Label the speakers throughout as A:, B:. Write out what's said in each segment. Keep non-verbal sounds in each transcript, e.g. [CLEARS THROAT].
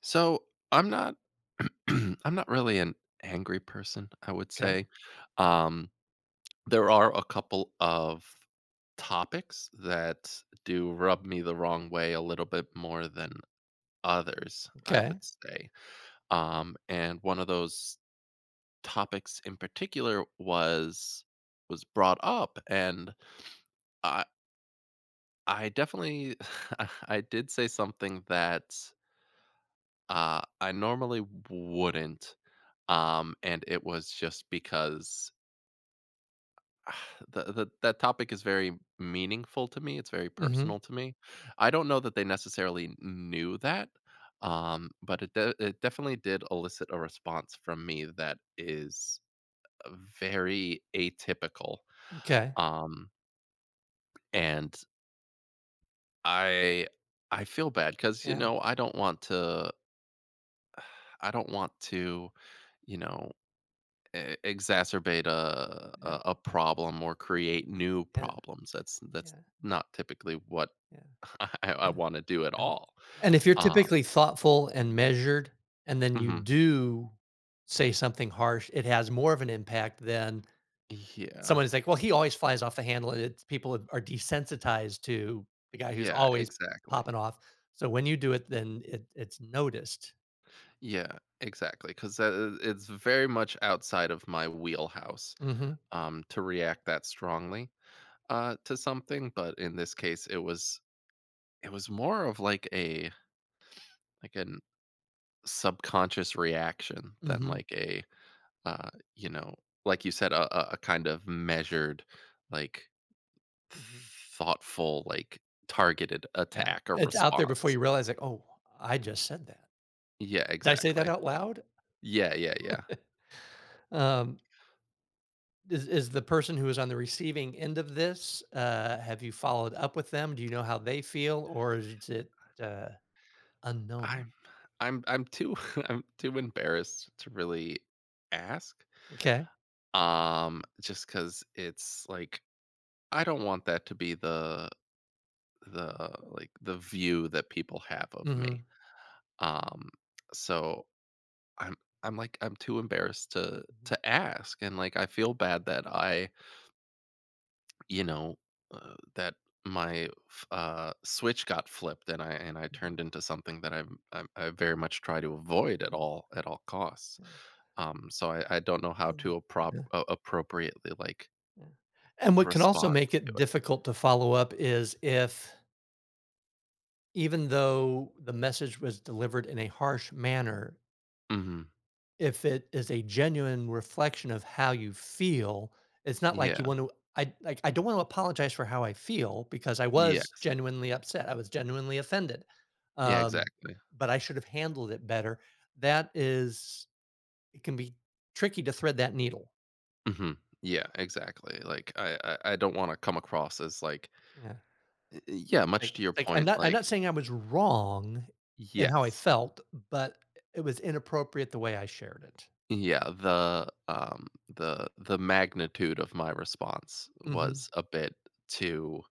A: So I'm not [CLEARS THROAT] I'm not really an angry person, I would
B: Okay.
A: say. Um, there are a couple of topics that do rub me the wrong way a little bit more than others, I would
B: Okay,
A: say. And one of those topics in particular was brought up and I I definitely [LAUGHS] I did say something that I normally wouldn't. And it was just because [SIGHS] the that topic is very meaningful to me, it's very
B: mhm,
A: personal to me. I don't know that they necessarily knew that, but it definitely did elicit a response from me that is very atypical.
B: m'kay,
A: Um, and I I feel bad because you
B: yeah,
A: know, I don't want to I don't want to, you know e exacerbate a
B: yeah,
A: a a problem or
B: yeah,
A: create new
B: yeah,
A: problems. That's
B: yeah,
A: not typically what
B: yeah,
A: [LAUGHS] I
B: yeah,
A: wanna do at
B: okay.
A: all.
B: And if you're
A: Uh
B: typically thoughtful and measured, and then you
A: mhm.
B: do say something harsh, it has more of an impact than
A: Yeah.
B: someone who's like, "Well, he always flies off the handle," and it's people are desensitized to the guy who's
A: Yeah,
B: always
A: exactly.
B: popping off, so when you do it, then it's noticed.
A: Yeah, exactly, 'cause that it's very much outside of my wheelhouse,
B: Mhm,
A: to react that strongly, to something, but in this case, it was more of like a like an subconscious reaction than
B: mhm,
A: uh, you know, like you said, a kind of measured, like
B: mhm,
A: thoughtful, like targeted
B: yeah,
A: attack or
B: it's out there before
A: response.
B: you realize, like, "Oh, I just said that.
A: Yeah,
B: Did I say that
A: exactly.
B: out loud?"
A: Yeah, yeah, yeah.
B: [LAUGHS] Um is the person who is on the receiving end of this, have you followed up with them? Do you know how they feel, or is it, uh, unknown?
A: I'm I'm too [LAUGHS] I'm too embarrassed to really ask.
B: Okay.
A: Just cuz it's like I don't want that to be the view that people have of me.
B: Mhm.
A: Um so I'm I'm like, I'm too embarrassed to
B: Mhm,
A: to ask, and, like, I feel bad that I, you know, that my f switch got flipped and I
B: mhm,
A: turned into something that I very much try to avoid at all costs.
B: mhm,
A: So I don't know how
B: yeah,
A: to
B: yeah, yeah,
A: appropriately, like,
B: yeah. And what can also
A: respond
B: make
A: to
B: it
A: it.
B: difficult to follow up is if even though the message was delivered in a harsh manner,
A: Mhm.
B: if it is a genuine reflection of how you feel, it's not like you
A: Yeah.
B: want to. I, like, I don't want to apologize for how I feel because I
A: Yes.
B: was genuinely upset, I was genuinely offended,
A: Yeah,
B: um,
A: exactly.
B: but I should have handled it better. That is it can be tricky to thread that needle.
A: Mhm. Yeah, exactly. Like, I don't wanna come across as, like,
B: Yeah,
A: yeah, much
B: like
A: to your
B: like, I'm
A: point,
B: not I'm
A: like.
B: not saying I was wrong in how I
A: Yes.
B: felt, but it was inappropriate the way I shared it.
A: Yeah, the magnitude of my response
B: Mhm.
A: was a bit too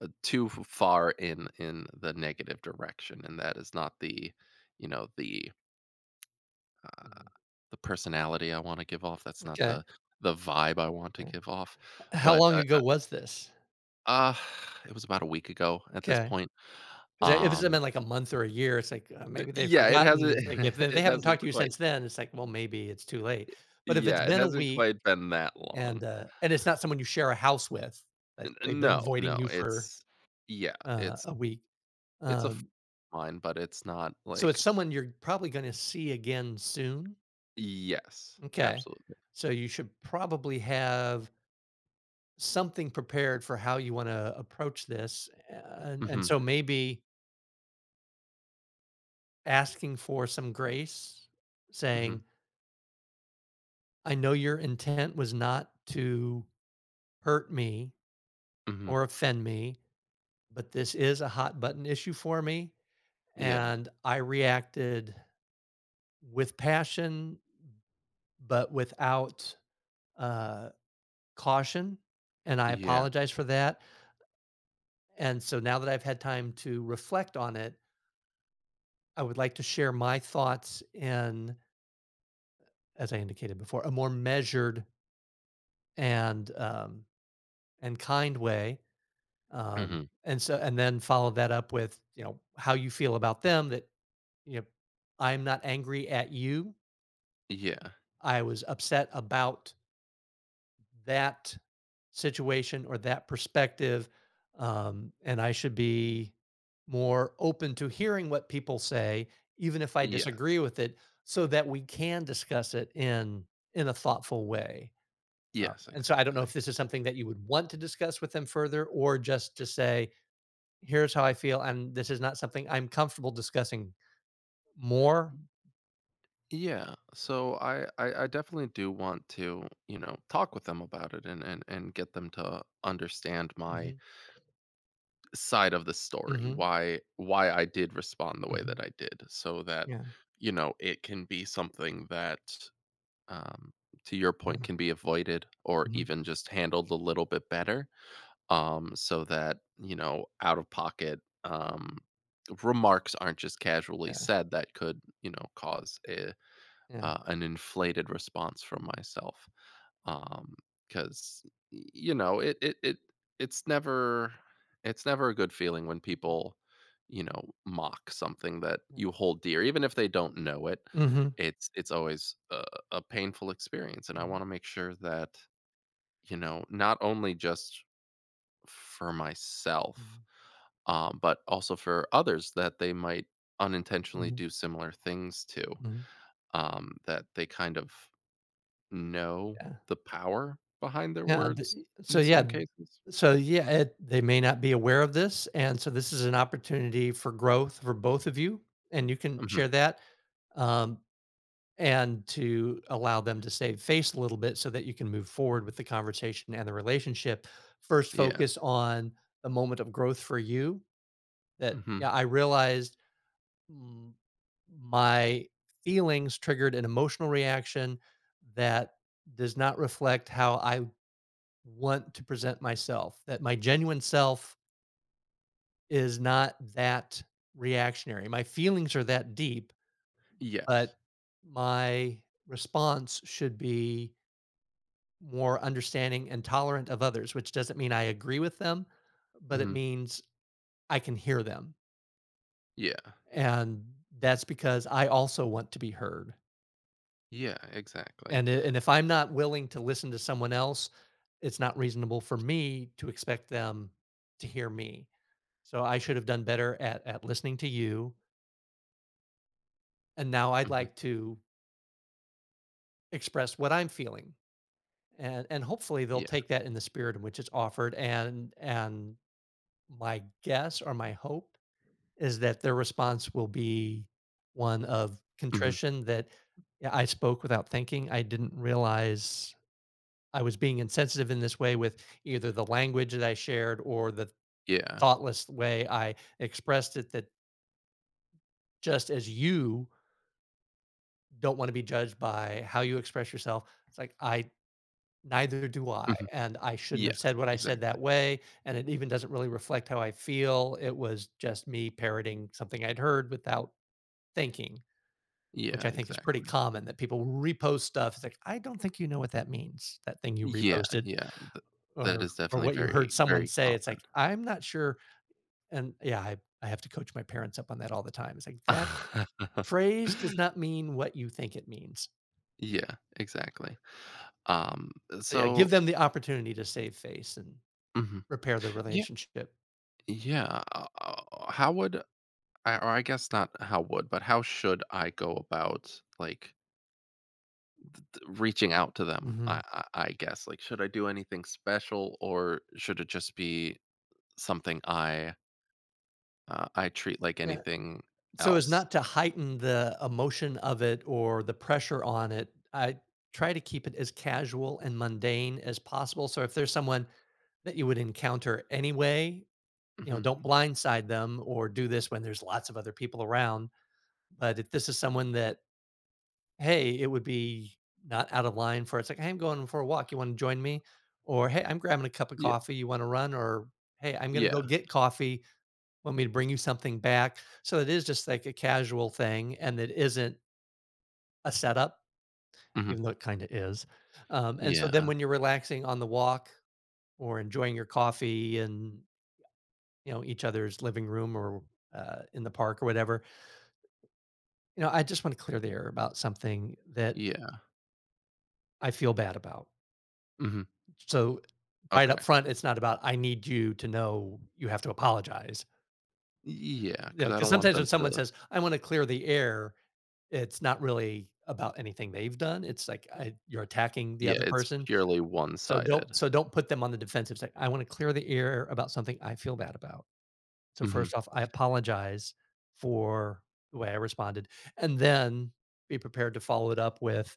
A: too f far in the negative direction, and
B: Mhm.
A: that is not the, you know,
B: Mhm.
A: the personality I wanna give off, that's not the
B: Okay,
A: the vibe I want to
B: yeah.
A: give off,
B: How
A: but,
B: long
A: uh, uh,
B: ago was this?
A: uh, [SIGHS] it was about a week ago at this
B: Okay.
A: point.
B: 'Cause if it's
A: um
B: been like a month or a year, it's like, maybe they've
A: Yeah, it
B: forgotten.
A: hasn't
B: It's like if
A: [LAUGHS]
B: they
A: it
B: haven't
A: hasn't
B: talked to you
A: quite.
B: since then, it's like, well, maybe it's too late. But if it's
A: Yeah, it
B: been a
A: hasn't
B: week
A: quite been that long.
B: and it's not someone you share a house with, like
A: N
B: they've been
A: no,
B: avoiding
A: no,
B: you for,
A: it's, yeah, it's
B: a week,
A: it's a f
B: um,
A: line, but it's not
B: so
A: like.
B: it's someone you're probably gonna see again soon.
A: Yes,
B: Okay.
A: absolutely.
B: So you should probably have something prepared for how you wanna approach this, and
A: Mhm,
B: so maybe asking for some grace,
A: mhm,
B: saying, I know your intent was not to hurt me
A: mhm.
B: or offend me, but this is a hot button issue for me.
A: Yeah,
B: And I reacted with passion, but without uh, caution. And I
A: yeah,
B: apologize for that. And so now that I've had time to reflect on it, I would like to share my thoughts in, as I indicated before, a more measured and um, and kind way. Um,
A: mhm,
B: and so and then follow that up with, how you feel about them, that, you know, I'm not angry at you.
A: yeah,
B: I was upset about that situation or that perspective. And I should be more open to hearing what people say, even if I
A: yeah,
B: disagree with it, so that we can discuss it in a thoughtful way. Um,
A: yes,
B: and so I don't know
A: exactly.
B: if this is something that you would want to discuss with them further or just to say, here's how I feel, and this is not something I'm comfortable discussing more.
A: Yeah, so I definitely do want to, talk with them about it and get them to understand my
B: Mhm,
A: side of the story,
B: mhm,
A: why I did respond the way that
B: mhm,
A: I did so that,
B: yeah,
A: it can be something that um, to your point,
B: yeah,
A: can be avoided or
B: mhm,
A: even just handled a little bit better, so that out of pocket remarks aren't just casually
B: yeah,
A: said that could cause a,
B: yeah,
A: uh, an inflated response from
B: mhm,
A: myself. Um, because it's never it's never a good feeling when
B: mhm,
A: people, mock something that
B: yeah.
A: you hold dear, even if they don't know it.
B: Mhm,
A: It's always a painful experience, and I
B: mhm,
A: wanna make sure that, not only just for myself,
B: mhm,
A: but also for others that they might unintentionally
B: mhm,
A: do similar things to,
B: mhm,
A: that they kind of know
B: yeah,
A: the power behind their
B: yeah,
A: words
B: the so,
A: in
B: yeah,
A: some cases.
B: so, yeah, it they may not be aware of this, and so this is an opportunity for growth for both of you, and you can
A: Mhm.
B: share that, um and to allow them to save face a little bit so that you can move forward with the conversation and the relationship. First,
A: Yeah.
B: focus on the moment of growth for you that, yeah,
A: Mhm.
B: I realized mm, my feelings triggered an emotional reaction that does not reflect how I want to present myself, that my genuine self is not that reactionary. My feelings are that deep,
A: Yes.
B: but my response should be more understanding and tolerant of others, which doesn't mean I agree with them, but it
A: Mhm.
B: means I can hear them.
A: Yeah.
B: And that's because I also want to be heard.
A: Yeah, exactly.
B: And if I'm not willing to listen to someone else, it's not reasonable for me to expect them to hear me. So I should have done better at listening to you. And now I'd
A: Mhm.
B: like to express what I'm feeling. And hopefully they'll
A: Yeah.
B: take that in the spirit in which it's offered. And my guess or my hope is that their response will be one of
A: Mhm.
B: contrition that, "Yeah, I spoke without thinking. I didn't realize I was being insensitive in this way with either the language that I shared or the
A: Yeah.
B: thoughtless way I expressed it that just as you don't wanna be judged by how you express yourself, it's like, I neither do I,
A: Mhm.
B: and I shouldn't
A: Yes,
B: have said what I said that
A: exactly.
B: way, and it even doesn't really reflect how I feel. It was just me parroting something I'd heard without thinking." Which
A: Yeah,
B: I think is pretty
A: exactly.
B: common that people repost stuff. It's like, "I don't think you know what that means, that thing you
A: Yeah,
B: reposted
A: yeah. Th that is
B: or
A: definitely
B: what you heard
A: very,
B: someone
A: very
B: say." It's
A: common.
B: like, "I'm not sure." And, yeah, I have to coach my parents up on that all the time. It's like, "That
A: [LAUGHS]
B: phrase does not mean what you think it means."
A: Yeah, exactly. Um,
B: So, yeah, give
A: so.
B: them the opportunity to save face and
A: Mhm.
B: repair the
A: Yeah,
B: relationship.
A: yeah, how would I or I guess not how would, but how should I go about, like, t reaching out to them? I
B: Mhm.
A: I I guess, like, should I do anything special, or should it just be something I treat like
B: Yeah.
A: anything
B: So as
A: else?
B: not to heighten the emotion of it or the pressure on it, I try to keep it as casual and mundane as possible. So if there's someone that you would encounter anyway,
A: Mhm.
B: don't blindside them or do this when there's lots of other people around, but if this is someone that, "Hey, it would be not out of line for" it's like, "Hey, I'm going for a walk, you wanna join me?" Or, "Hey, I'm grabbing a cup of
A: Yeah.
B: coffee, you wanna run?" Or, "Hey, I'm gonna
A: Yeah.
B: go get coffee, want me to bring you something back?" So it is just like a casual thing and it isn't a setup,
A: Mhm.
B: even though it kinda is, and so then
A: Yeah.
B: when you're relaxing on the walk or enjoying your coffee and each other's living room or in the park or whatever. I just want to clear the air about something that
A: Yeah.
B: I feel bad about.
A: Mhm.
B: So right up
A: Okay.
B: front, it's not about I need you to know you have to apologize.
A: Yeah,
B: You
A: because
B: know,
A: I
B: because
A: don't want
B: sometimes when
A: them
B: someone
A: to.
B: says I want to clear the air, it's not really about anything they've done. It's like I, you're attacking the
A: Yeah,
B: other
A: it's
B: person.
A: purely
B: So don't
A: one-sided.
B: so don't put them on the defensive. It's like I want to clear the air about something I feel bad about. So
A: Mhm.
B: first off, I apologize for the way I responded, and then be prepared to follow it up with,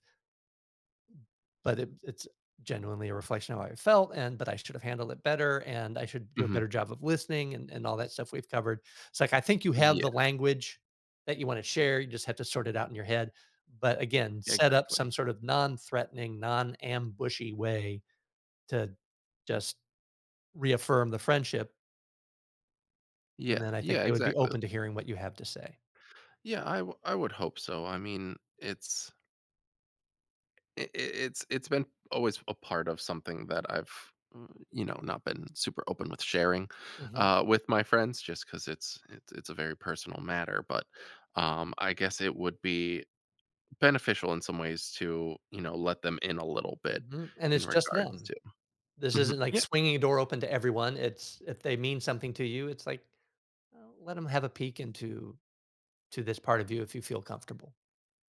B: "But it's genuinely a reflection of how I felt, and but I should have handled it better, and I should do a
A: Mhm.
B: better job of listening," and all that stuff we've covered. It's like, I think you have
A: Yeah,
B: the language that you wanna share, you just have to sort it out in your head. But again, set up
A: exactly.
B: some sort of non-threatening, non-ambushy way to just reaffirm the friendship, and
A: Yeah,
B: then I think
A: yeah,
B: they would be
A: exactly.
B: open to hearing what you have to say.
A: Yeah, I would hope so. I mean, it's It it's been always a part of something that I've, not been super open with sharing,
B: Mhm.
A: with my friends just 'cause it's a very personal matter, but, I guess it would be beneficial in some ways to, let them in a little bit
B: Mhm, and
A: in
B: it's just
A: regards
B: them.
A: to.
B: This
A: Mhm.
B: isn't like
A: Yeah,
B: swinging a door open to everyone. It's if they mean something to you, it's like, let them have a peek into to this part of you if you feel comfortable.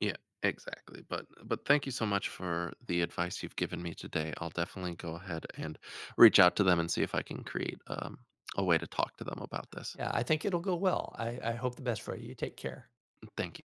A: yeah, exactly, but thank you so much for the advice you've given me today. I'll definitely go ahead and reach out to them and see if I can create, a way to talk to them about this.
B: Yeah, I think it'll go well. I hope the best for you. You take care.
A: Thank you.